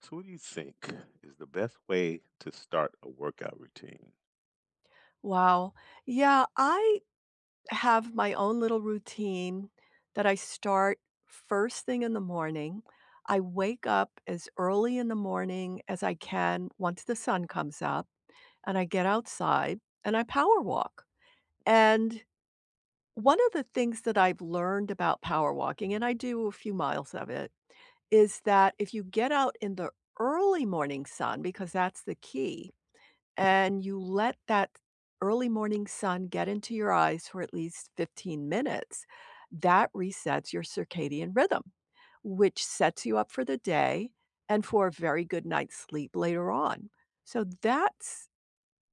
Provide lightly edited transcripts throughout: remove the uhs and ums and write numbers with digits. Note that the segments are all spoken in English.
So, what do you think is the best way to start a workout routine? Wow. Yeah, I have my own little routine that I start first thing in the morning. I wake up as early in the morning as I can once the sun comes up, and I get outside and I power walk. And one of the things that I've learned about power walking, and I do a few miles of it, is that if you get out in the early morning sun, because that's the key, and you let that early morning sun get into your eyes for at least 15 minutes, that resets your circadian rhythm, which sets you up for the day and for a very good night's sleep later on. So that's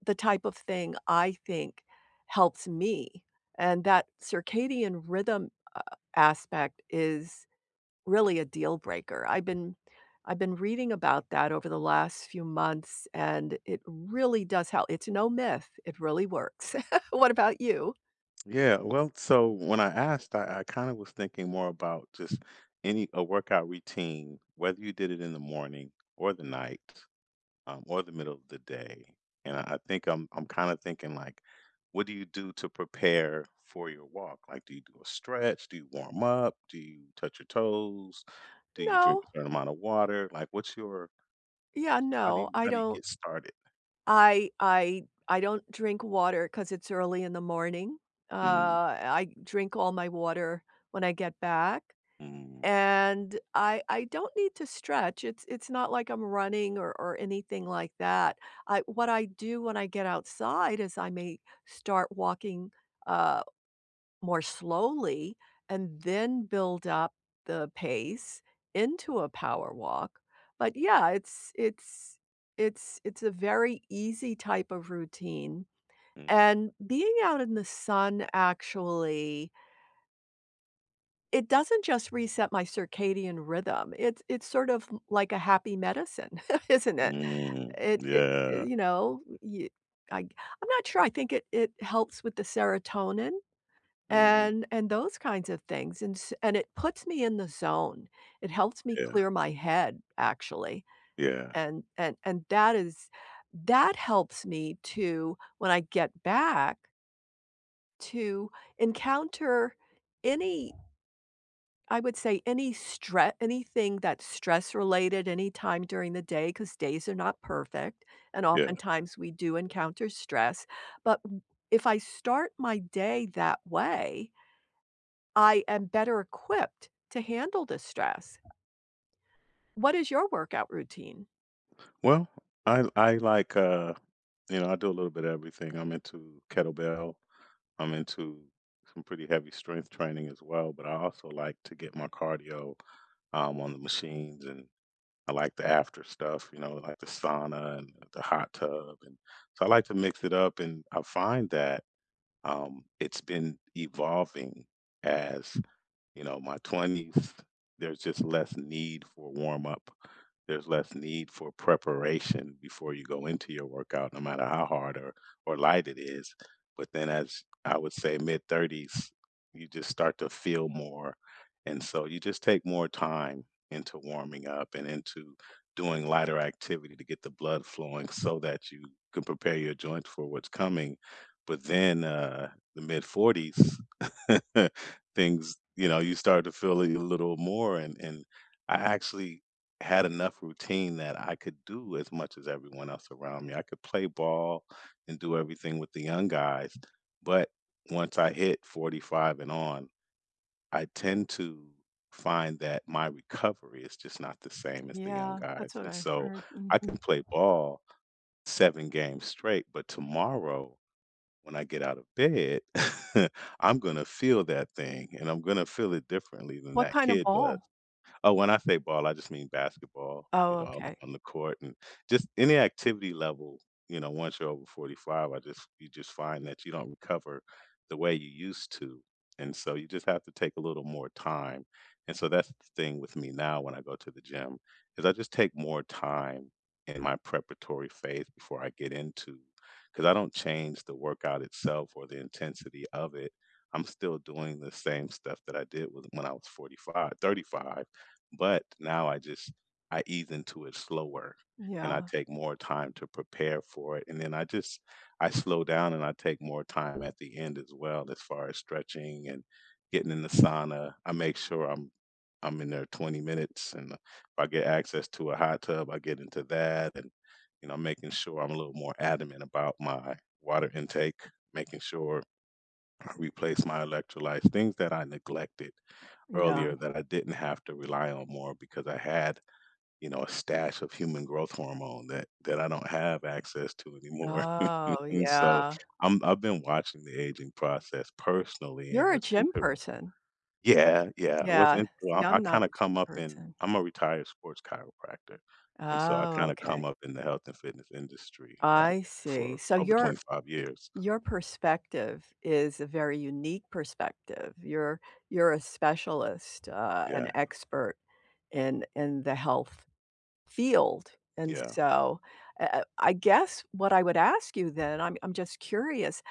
the type of thing I think helps me. And that circadian rhythm uh, aspect is really a deal breaker. I've been reading about that over the last few months, and it really does help. It's no myth. It really works. What about you? Yeah, well, so when I asked, I kind of was thinking more about just any a workout routine, whether you did it in the morning or the night, or the middle of the day. And I think I'm kind of thinking like, what do you do to prepare for your walk? Like, do you do a stretch? Do you warm up? Do you touch your toes? Do you drink No. a certain amount of water? Like, what's your Yeah, no, how do you get started? I don't drink water because it's early in the morning. I drink all my water when I get back. Mm, And I don't need to stretch. It's not like I'm running or anything like that. I what I do when I get outside is I may start walking, uh, more slowly and then build up the pace into a power walk. But yeah, it's it's a very easy type of routine. mm, And being out in the sun actually it doesn't just reset my circadian rhythm, it's sort of like a happy medicine, isn't it? It yeah, you know, you I'm not sure, I think it helps with the serotonin mm, and those kinds of things, and it puts me in the zone. It helps me yeah, clear my head, actually, yeah, and that is that helps me to, when I get back, to encounter any — I would say any stre anything that's stress related any time during the day, because days are not perfect, and yeah. oftentimes we do encounter stress, but w if I start my day that way, I am better equipped to handle the stress. What is your workout routine? Well, I like you know, I do a little bit of everything. I'm into kettlebell. I'm into some pretty heavy strength training as well, but I also like to get my cardio on the machines. And I like the after stuff, you know, like the sauna and the hot tub. And so I like to mix it up, and I find that it's been evolving as, you know, my twenties, there's just less need for warm up. There's less need for preparation before you go into your workout, no matter how hard or light it is. But then, as I would say, mid thirties, you just start to feel more, and so you just take more time into warming up and into doing lighter activity to get the blood flowing, so that you can prepare your joints for what's coming. But then, the mid forties. Things, you know, you start to feel it a little more, and I actually had enough routine that I could do as much as everyone else around me. I could play ball and do everything with the young guys, but once I hit 45 and on, I tend to find that my recovery is just not the same as the young Yeah, that's guys. what And I so heard, I mhm. can play ball 7 games straight, but tomorrow when I get out of bed, I'm gonna feel that thing, and I'm gonna feel it differently than What that kind of kid does. ball? Oh, when I say ball, I just mean basketball, you Oh, know, on okay. The court. And just any activity level, you know, once you're over 45, I just you just find that you don't recover the way you used to. And so you just have to take a little more time. And so that's the thing with me now when I go to the gym is I just take more time in my preparatory phase before I get into, because I don't change the workout itself or the intensity of it. I'm still doing the same stuff that I did with when I was 45, 35, but now I just I ease into it slower, and I Yeah, take more time to prepare for it, and then I just I slow down and I take more time at the end as well as far as stretching and getting in the sauna. I make sure I'm in there 20 minutes, and if I get access to a hot tub, I get into that. And you know, making sure I'm a little more adamant about my water intake, making sure I replace my electrolytes, things that I neglected yeah. earlier that I didn't have to rely on more because I had, you know, a stash of human growth hormone that I don't have access to anymore. Oh, And so yeah. I've been watching the aging process personally, and You're a what's gym inter person. Yeah, yeah. What's Yeah, in see, well, I I'm not kinda a come gym up in person. I'm a retired sports chiropractor. And so I Oh, kinda okay. come up in the health and fitness industry I see. for So over 25 years. your perspective is a very unique perspective. You're a specialist, an Yeah, expert in the health field. And yeah, so, I guess what I would ask you then, I'm just curious.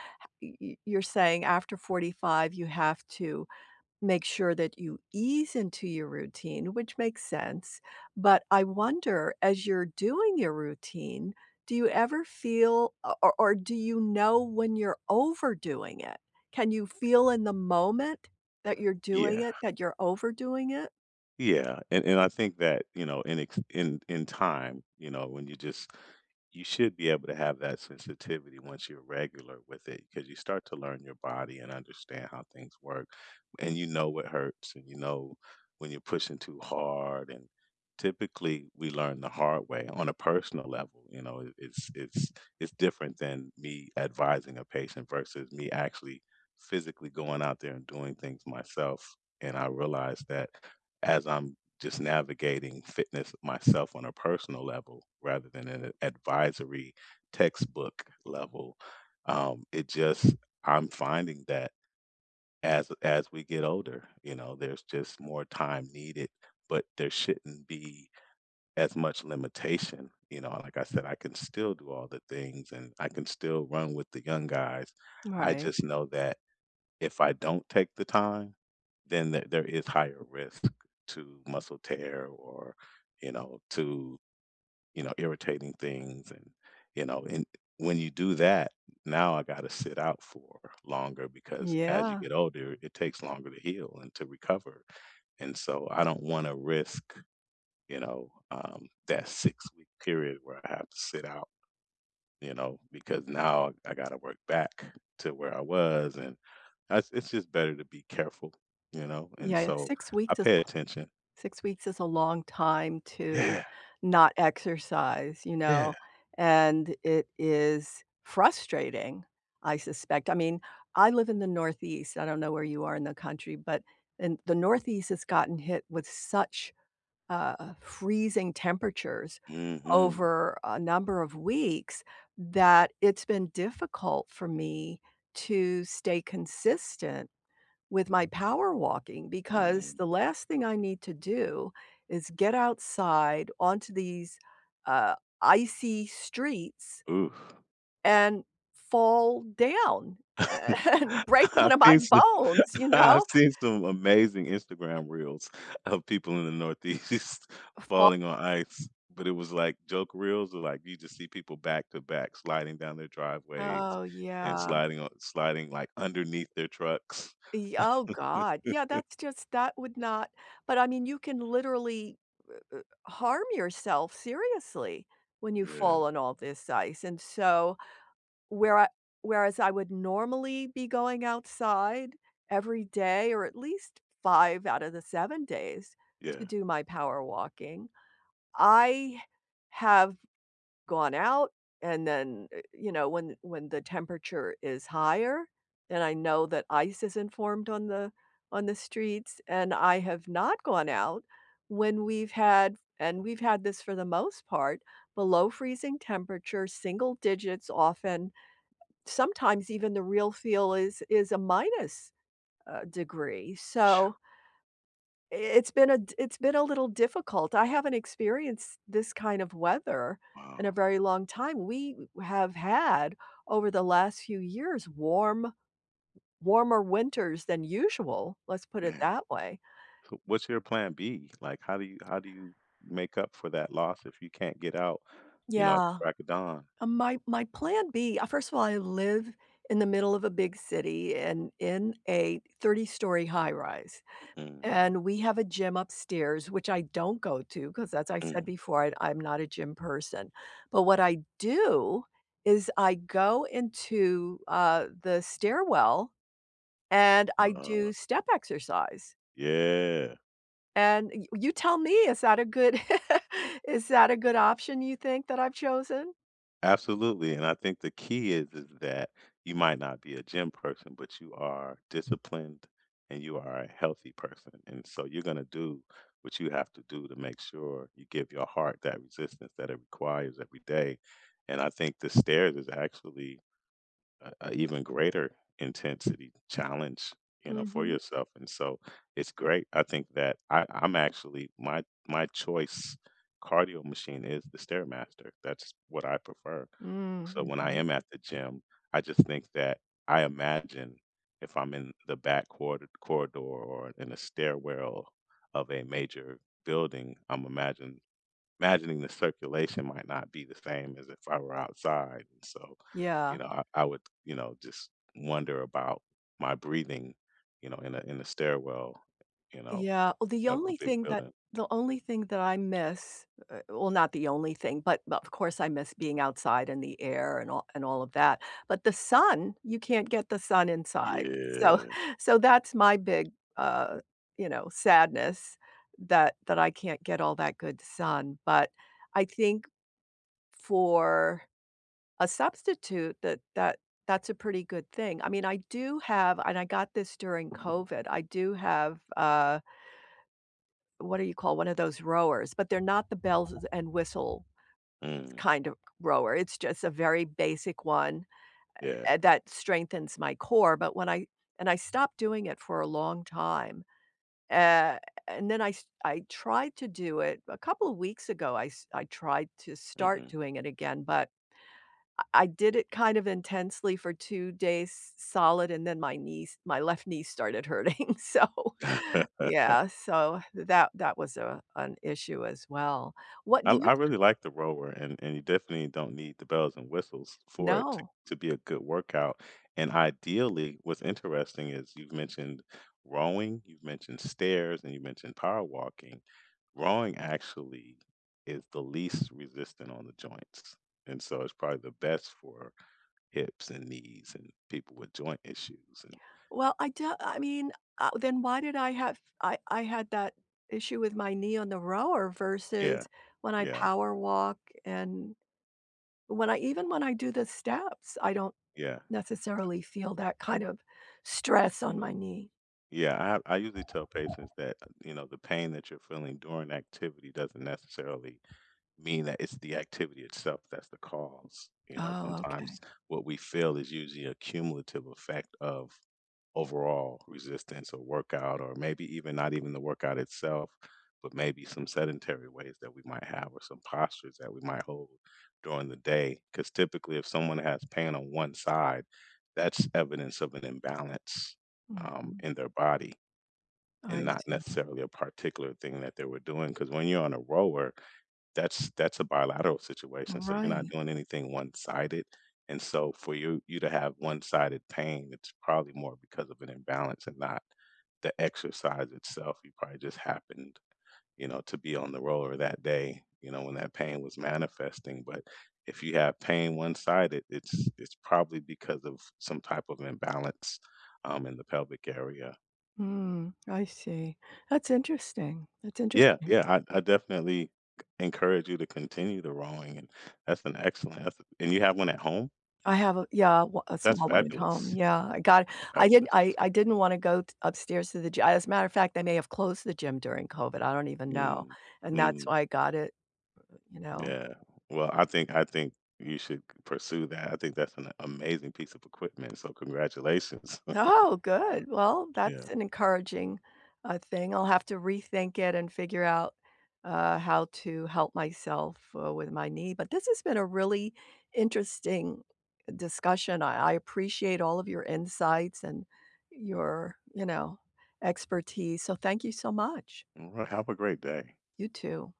You're saying after 45 you have to make sure that you ease into your routine, which makes sense, but I wonder, as you're doing your routine, do you ever feel o or do you know when you're overdoing it? Can you feel in the moment that you're doing yeah. it, that you're overdoing it? Yeah, and I think that, you know, in time, you know, when you just you should be able to have that sensitivity once you're regular with it, because you start to learn your body and understand how things work, and you know what hurts, and you know when you're pushing too hard. And typically we learn the hard way on a personal level, you know, it's it's different than me advising a patient versus me actually physically going out there and doing things myself. And I realized that as I'm just navigating fitness myself on a personal level rather than an advisory textbook level. It just I'm finding that as we get older, you know, there's just more time needed, but there shouldn't be as much limitation. You know, like I said, I can still do all the things and I can still run with the young guys. I Right. just know that if I don't take the time, then there is higher risk to muscle tear, or, you know, to, you know, irritating things. And, you know, and when you do that, now I gotta sit out for longer, because as you Yeah. get older, it takes longer to heal and to recover. And so I don't wanna risk, you know, that six-week period where I have to sit out, you know, because now I gotta work back to where I was. And that's it's just better to be careful, you know, and Yeah, so 6 I weeks is pay attention. 6 weeks is a long time to Yeah, not exercise, you know, yeah. and it is frustrating, I suspect. I mean, I live in the Northeast, I don't know where you are in the country, but in the Northeast has gotten hit with such, freezing temperatures Mhm, over a number of weeks that it's been difficult for me to stay consistent with my power walking, because mm. the last thing I need to do is get outside onto these, uh, icy streets Oof. and fall down and break one I've of my seen some bones, you I've know? seen some amazing Instagram reels of people in the Northeast Fall — falling on ice, but it was like joke reels, or like you just see people back to back sliding down their driveways, oh, and yeah. Sliding, like, underneath their trucks. Y Oh, god. Yeah, that's just that would not — but, I mean, you can literally, uh, harm yourself seriously when you Yeah, fall on all this ice, and so Where I whereas I would normally be going outside every day or at least 5 out of the 7 days to yeah. do my power walking, I have gone out you know, when the temperature is higher and I know that ice isn't formed on the streets, and I have not gone out when we've had — and we've had this for the most part, below freezing temperature, single digits often. Sometimes even the real feel is a minus, degree, so Phew, I it's been a little difficult. I haven't experienced this kind of weather in a wow, very long time. We have had, over the last few years, warmer winters than usual, let's put it man. that way. So what's your plan B? Like, how do you make up for that loss if you can't get out, you know, at the Yeah. crack of dawn? My my plan B — first of all, I live in the middle of a big city and in a 30-story high rise. Mm, And we have a gym upstairs, which I don't go to because, as I said mm, before, I'm not a gym person. But what I do is I go into, the stairwell and I uh, do step exercise. yeah, And y you tell me, is that a good is that a good option you think that I've chosen? absolutely. And I think the key is that you might not be a gym person, but you are disciplined and you are a healthy person. And so you're going to do what you have to do to make sure you give your heart that resistance that it requires every day. And I think the stairs is actually a even greater intensity challenge, you Mm, know, for mhm. yourself. And so it's great. I think that I'm actually my choice cardio machine is the stairmaster. That's what I prefer. So Mm, when I mhm. am at the gym, I just think that I imagine if I'm in the back corridor or in a stairwell of a major building, I'm imagine imagining the circulation might not be the same as if I were outside. And so, you Yeah. know, I would, you know, just wonder about my breathing, you know, in the stairwell, you know, Yeah, well, the of a only big thing that building. the only thing that I miss, well, not the only thing, but of course I miss being outside in the air and all of that, but the sun, you can't get the sun inside. So Yeah. so that's my big, uh, you know, sadness that I can't get all that good sun, but I think for a substitute, that that that's a pretty good thing. I mean, I do have — and I got this during COVID — I do have, uh, what do you call, one of those rowers, but they're not the bells and whistle Mm, kind of rower. It's just a very basic one, yeah. eh, that strengthens my core, but when I — and I stopped doing it for a long time, uh, and then I tried to do it a couple of weeks ago, I tried to start Hmm. doing it again, but I did it kind of intensely for 2 days solid, and then my left knee started hurting, so yeah, so that that was a an issue as well. What I do you — really like the rower, and you definitely don't need the bells and whistles for it no. to be a good workout. And ideally, what's interesting is you've mentioned rowing, you've mentioned stairs, and you mentioned power walking. Rowing actually is the least resistant on the joints. And so it's probably the best for hips and knees and people with joint issues. And Well, I do — I mean, then why did I have I had that issue with my knee on the rower yeah, versus when I yeah, power walk, and when I — even when I do the steps, I don't yeah. necessarily feel that kind of stress on my knee. Yeah, I usually tell patients that, you know, the pain that you're feeling during activity doesn't necessarily mean that it's the activity itself that's the cause. You know, Oh, okay. sometimes what we feel is usually a cumulative effect of overall resistance or workout, or maybe even not even the workout itself, but maybe some sedentary ways that we might have, or some postures that we might hold during the day. Because typically, if someone has pain on one side, that's evidence of an imbalance, Mhm. in their body, and I not see. necessarily a particular thing that they were doing. Because when you're on a rower, that's a bilateral situation, so you're not Right. doing anything one-sided, and so for you to have one-sided pain, it's probably more because of an imbalance and not the exercise itself. You probably just happened, you know, to be on the roller that day, you know, when that pain was manifesting. But if you have pain one-sided, it's probably because of some type of imbalance, in the pelvic area. Mm, I see. That's interesting. That's Yeah, interesting. yeah, I definitely encourage you to continue the rowing. And that's an excellent that's and you have one at home? I have a — yeah, w a That's small one at home. fabulous, Yeah, I got — fabulous. I didn't wanna go t upstairs to the gym. As a matter of fact, they may have closed the gym during COVID, I don't even know, Mm, and that's mm, why I got it, you know? yeah. Well, I think you should pursue that. I think that's an amazing piece of equipment, so congratulations. Oh, good. Well, that's Yeah. an encouraging, thing. I'll have to rethink it and figure out, how to help myself, with my knee, but this has been a really interesting discussion. I appreciate all of your insights and your, you know, expertise, so thank you so much. Alright, have a great day. You too.